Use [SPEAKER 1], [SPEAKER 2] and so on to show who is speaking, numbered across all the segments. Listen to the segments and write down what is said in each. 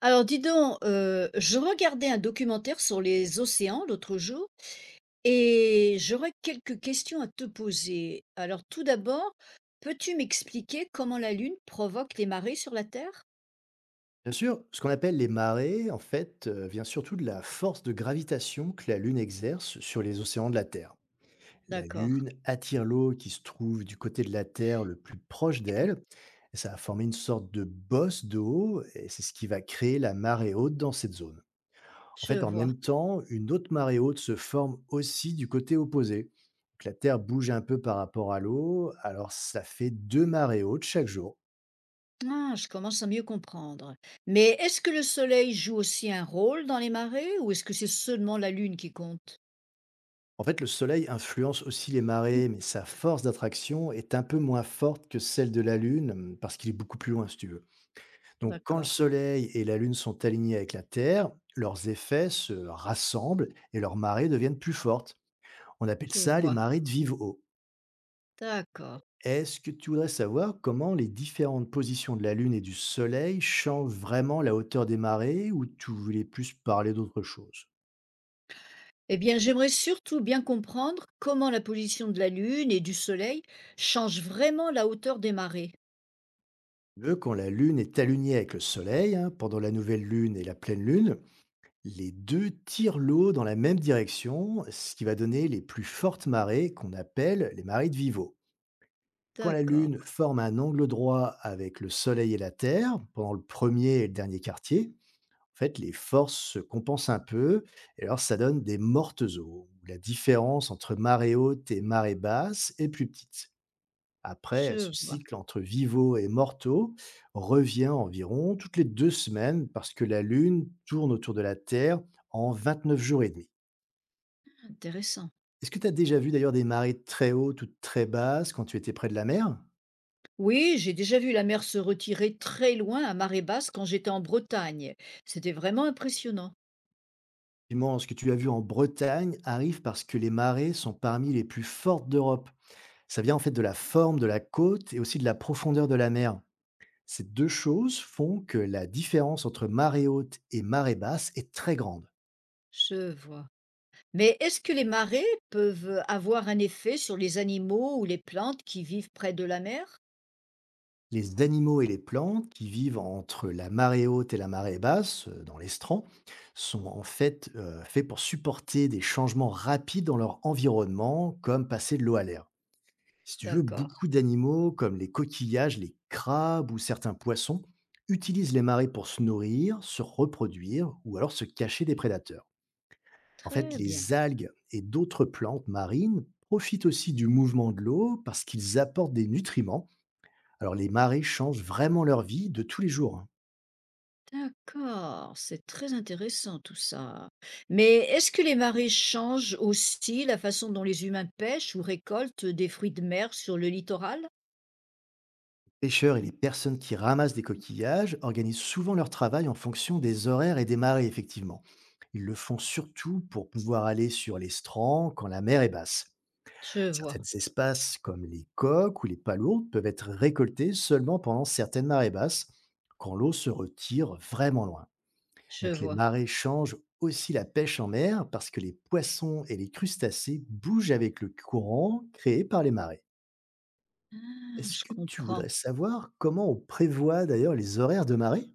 [SPEAKER 1] Alors dis donc, je regardais un documentaire sur les océans l'autre jour et j'aurais quelques questions à te poser. Alors tout d'abord, peux-tu m'expliquer comment la Lune provoque les marées sur la Terre?
[SPEAKER 2] Bien sûr, ce qu'on appelle les marées, en fait, vient surtout de la force de gravitation que la Lune exerce sur les océans de la Terre. La
[SPEAKER 1] D'accord,
[SPEAKER 2] Lune attire l'eau qui se trouve du côté de la Terre le plus proche d'elle, et ça va former une sorte de bosse d'eau, et c'est ce qui va créer la marée haute dans cette zone. En
[SPEAKER 1] je
[SPEAKER 2] fait, en
[SPEAKER 1] vois.
[SPEAKER 2] même temps, une autre marée haute se forme aussi du côté opposé. Donc, la Terre bouge un peu par rapport à l'eau, alors ça fait 2 marées hautes chaque jour.
[SPEAKER 1] Ah, je commence à mieux comprendre. Mais est-ce que le Soleil joue aussi un rôle dans les marées ou est-ce que c'est seulement la Lune qui compte?
[SPEAKER 2] En fait, le Soleil influence aussi les marées, mais sa force d'attraction est un peu moins forte que celle de la Lune, parce qu'il est beaucoup plus loin, si tu veux. Donc, quand le
[SPEAKER 1] D'accord,
[SPEAKER 2] Soleil et la Lune sont alignés avec la Terre, leurs effets se rassemblent et leurs marées deviennent plus fortes. On appelle
[SPEAKER 1] je
[SPEAKER 2] ça les
[SPEAKER 1] vois.
[SPEAKER 2] marées de vive eau.
[SPEAKER 1] D'accord.
[SPEAKER 2] Est-ce que tu voudrais savoir comment les différentes positions de la Lune et du Soleil changent vraiment la hauteur des marées ou tu voulais plus parler d'autre chose?
[SPEAKER 1] Eh bien, j'aimerais surtout bien comprendre comment la position de la Lune et du Soleil change vraiment la hauteur des marées.
[SPEAKER 2] Eux, quand la Lune est alignée avec le Soleil, hein, pendant la nouvelle Lune et la pleine Lune, les 2 tirent l'eau dans la même direction, ce qui va donner les plus fortes marées qu'on appelle les marées de Vivo. Quand la
[SPEAKER 1] D'accord,
[SPEAKER 2] Lune forme un angle droit avec le Soleil et la Terre, pendant le premier et le dernier quartier, en fait, les forces se compensent un peu, et alors ça donne des mortes eaux, où la différence entre marée haute et marée basse est plus petite. Après, ce
[SPEAKER 1] je vois.
[SPEAKER 2] cycle entre vivaux et mortaux revient environ toutes les 2 semaines parce que la Lune tourne autour de la Terre en 29 jours et demi.
[SPEAKER 1] Intéressant.
[SPEAKER 2] Est-ce que tu as déjà vu d'ailleurs des marées très hautes ou très basses quand tu étais près de la mer?
[SPEAKER 1] Oui, j'ai déjà vu la mer se retirer très loin à marée basse quand j'étais en Bretagne. C'était vraiment impressionnant.
[SPEAKER 2] Dis ce que tu as vu en Bretagne arrive parce que les marées sont parmi les plus fortes d'Europe. Ça vient en fait de la forme de la côte et aussi de la profondeur de la mer. Ces deux choses font que la différence entre marée haute et marée basse est très grande.
[SPEAKER 1] Je vois. Mais est-ce que les marées peuvent avoir un effet sur les animaux ou les plantes qui vivent près de la mer?
[SPEAKER 2] Les animaux et les plantes qui vivent entre la marée haute et la marée basse, dans l'estran, sont en fait faits pour supporter des changements rapides dans leur environnement, comme passer de l'eau à l'air. Si tu veux,
[SPEAKER 1] D'accord,
[SPEAKER 2] beaucoup d'animaux, comme les coquillages, les crabes ou certains poissons, utilisent les marées pour se nourrir, se reproduire ou alors se cacher des prédateurs. En fait,
[SPEAKER 1] très bien.
[SPEAKER 2] les algues et d'autres plantes marines profitent aussi du mouvement de l'eau parce qu'ils apportent des nutriments, alors les marées changent vraiment leur vie de tous les jours, hein.
[SPEAKER 1] D'accord, c'est très intéressant tout ça. Mais est-ce que les marées changent aussi la façon dont les humains pêchent ou récoltent des fruits de mer sur le littoral?
[SPEAKER 2] Les pêcheurs et les personnes qui ramassent des coquillages organisent souvent leur travail en fonction des horaires et des marées, effectivement. Ils le font surtout pour pouvoir aller sur les strands quand la mer est basse.
[SPEAKER 1] Je vois,
[SPEAKER 2] Certaines espèces comme les coques ou les palourdes peuvent être récoltées seulement pendant certaines marées basses, quand l'eau se retire vraiment loin.
[SPEAKER 1] je
[SPEAKER 2] Donc les
[SPEAKER 1] vois.
[SPEAKER 2] marées changent aussi la pêche en mer parce que les poissons et les crustacés bougent avec le courant créé par les marées.
[SPEAKER 1] Ah,
[SPEAKER 2] Est-ce
[SPEAKER 1] je
[SPEAKER 2] que tu
[SPEAKER 1] comprends.
[SPEAKER 2] voudrais savoir comment on prévoit d'ailleurs les horaires de marée?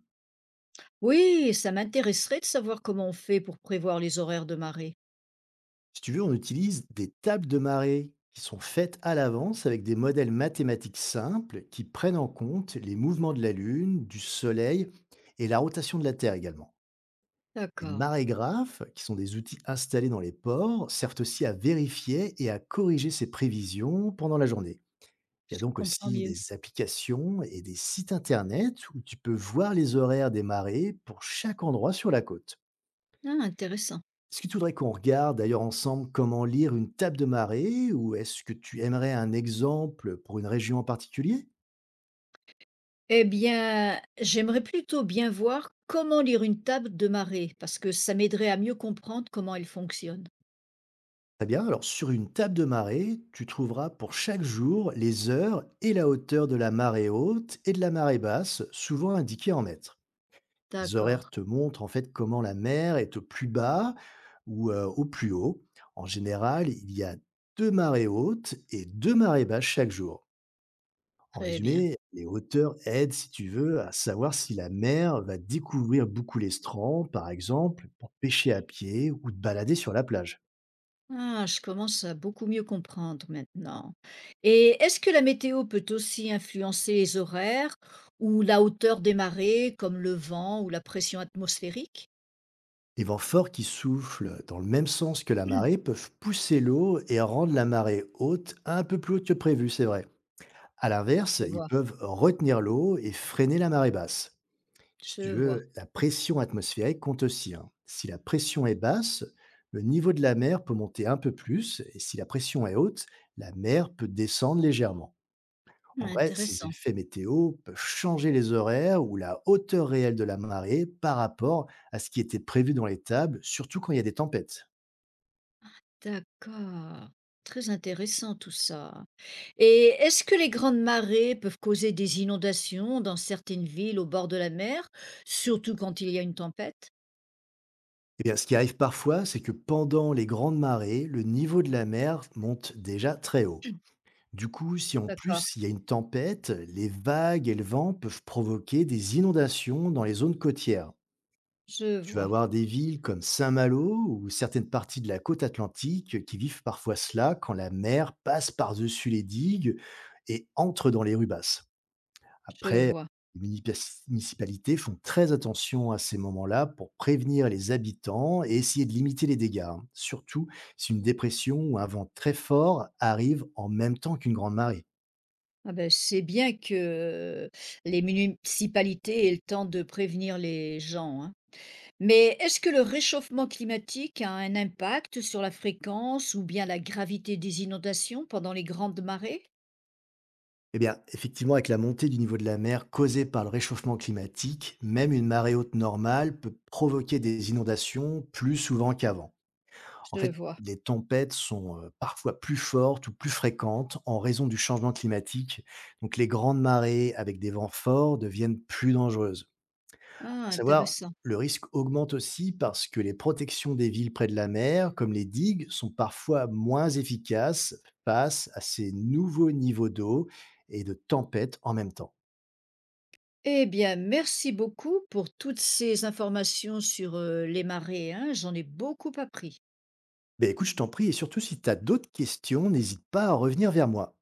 [SPEAKER 1] Oui, ça m'intéresserait de savoir comment on fait pour prévoir les horaires de marée.
[SPEAKER 2] Si tu veux, on utilise des tables de marée qui sont faites à l'avance avec des modèles mathématiques simples qui prennent en compte les mouvements de la Lune, du Soleil et la rotation de la Terre également. Les
[SPEAKER 1] D'accord,
[SPEAKER 2] marégraphes, qui sont des outils installés dans les ports, servent aussi à vérifier et à corriger ces prévisions pendant la journée. Il y a
[SPEAKER 1] je
[SPEAKER 2] donc
[SPEAKER 1] comprends
[SPEAKER 2] aussi
[SPEAKER 1] mieux.
[SPEAKER 2] des applications et des sites internet où tu peux voir les horaires des marées pour chaque endroit sur la côte.
[SPEAKER 1] Ah, intéressant.
[SPEAKER 2] Est-ce que tu voudrais qu'on regarde d'ailleurs ensemble comment lire une table de marée ou est-ce que tu aimerais un exemple pour une région en particulier?
[SPEAKER 1] Eh bien, j'aimerais plutôt bien voir comment lire une table de marée, parce que ça m'aiderait à mieux comprendre comment elle fonctionne.
[SPEAKER 2] Très bien, alors sur une table de marée, tu trouveras pour chaque jour les heures et la hauteur de la marée haute et de la marée basse, souvent indiquées en mètres. Les horaires
[SPEAKER 1] D'accord,
[SPEAKER 2] te montrent en fait comment la mer est au plus bas ou au plus haut. En général, il y a 2 marées hautes et 2 marées basses chaque jour. En
[SPEAKER 1] très bien.
[SPEAKER 2] résumé, les hauteurs aident, si tu veux, à savoir si la mer va découvrir beaucoup l'estran, par exemple, pour pêcher à pied ou te balader sur la plage.
[SPEAKER 1] Ah, je commence à beaucoup mieux comprendre maintenant. Et est-ce que la météo peut aussi influencer les horaires ou la hauteur des marées, comme le vent ou la pression atmosphérique?
[SPEAKER 2] Les vents forts qui soufflent dans le même sens que la marée peuvent pousser l'eau et rendre la marée haute un peu plus haute que prévu, c'est vrai. À l'inverse,
[SPEAKER 1] Je
[SPEAKER 2] ils
[SPEAKER 1] vois,
[SPEAKER 2] peuvent retenir l'eau et freiner la marée basse. Si tu
[SPEAKER 1] je vois.
[SPEAKER 2] veux, la pression atmosphérique compte aussi, hein. Si la pression est basse, le niveau de la mer peut monter un peu plus, et si la pression est haute, la mer peut descendre légèrement. En vrai, ces
[SPEAKER 1] Intéressant.
[SPEAKER 2] effets météo peuvent changer les horaires ou la hauteur réelle de la marée par rapport à ce qui était prévu dans les tables, surtout quand il y a des tempêtes.
[SPEAKER 1] D'accord. Très intéressant tout ça. Et est-ce que les grandes marées peuvent causer des inondations dans certaines villes au bord de la mer, surtout quand il y a une tempête?
[SPEAKER 2] Eh bien, ce qui arrive parfois, c'est que pendant les grandes marées, le niveau de la mer monte déjà très haut. Du coup, si en
[SPEAKER 1] D'accord,
[SPEAKER 2] plus il y a une tempête, les vagues et le vent peuvent provoquer des inondations dans les zones côtières.
[SPEAKER 1] je
[SPEAKER 2] Tu vas
[SPEAKER 1] vois,
[SPEAKER 2] avoir des villes comme Saint-Malo ou certaines parties de la côte atlantique qui vivent parfois cela quand la mer passe par-dessus les digues et entre dans les rues basses.
[SPEAKER 1] je
[SPEAKER 2] Après,
[SPEAKER 1] vois.
[SPEAKER 2] les municipalités font très attention à ces moments-là pour prévenir les habitants et essayer de limiter les dégâts, hein, surtout si une dépression ou un vent très fort arrive en même temps qu'une grande marée.
[SPEAKER 1] Ah ben, c'est bien que les municipalités aient le temps de prévenir les gens, hein. Mais est-ce que le réchauffement climatique a un impact sur la fréquence ou bien la gravité des inondations pendant les grandes marées?
[SPEAKER 2] Eh bien, effectivement, avec la montée du niveau de la mer causée par le réchauffement climatique, même une marée haute normale peut provoquer des inondations plus souvent qu'avant. En
[SPEAKER 1] Je
[SPEAKER 2] fait,
[SPEAKER 1] vois.
[SPEAKER 2] les tempêtes sont parfois plus fortes ou plus fréquentes en raison du changement climatique. Donc, les grandes marées avec des vents forts deviennent plus dangereuses. À
[SPEAKER 1] Ah,
[SPEAKER 2] savoir,
[SPEAKER 1] intéressant.
[SPEAKER 2] le risque augmente aussi parce que les protections des villes près de la mer, comme les digues, sont parfois moins efficaces face à ces nouveaux niveaux d'eau et de tempêtes en même temps.
[SPEAKER 1] Eh bien, merci beaucoup pour toutes ces informations sur les marées, hein. J'en ai beaucoup appris.
[SPEAKER 2] Ben écoute, je t'en prie, et surtout si tu as d'autres questions, n'hésite pas à revenir vers moi.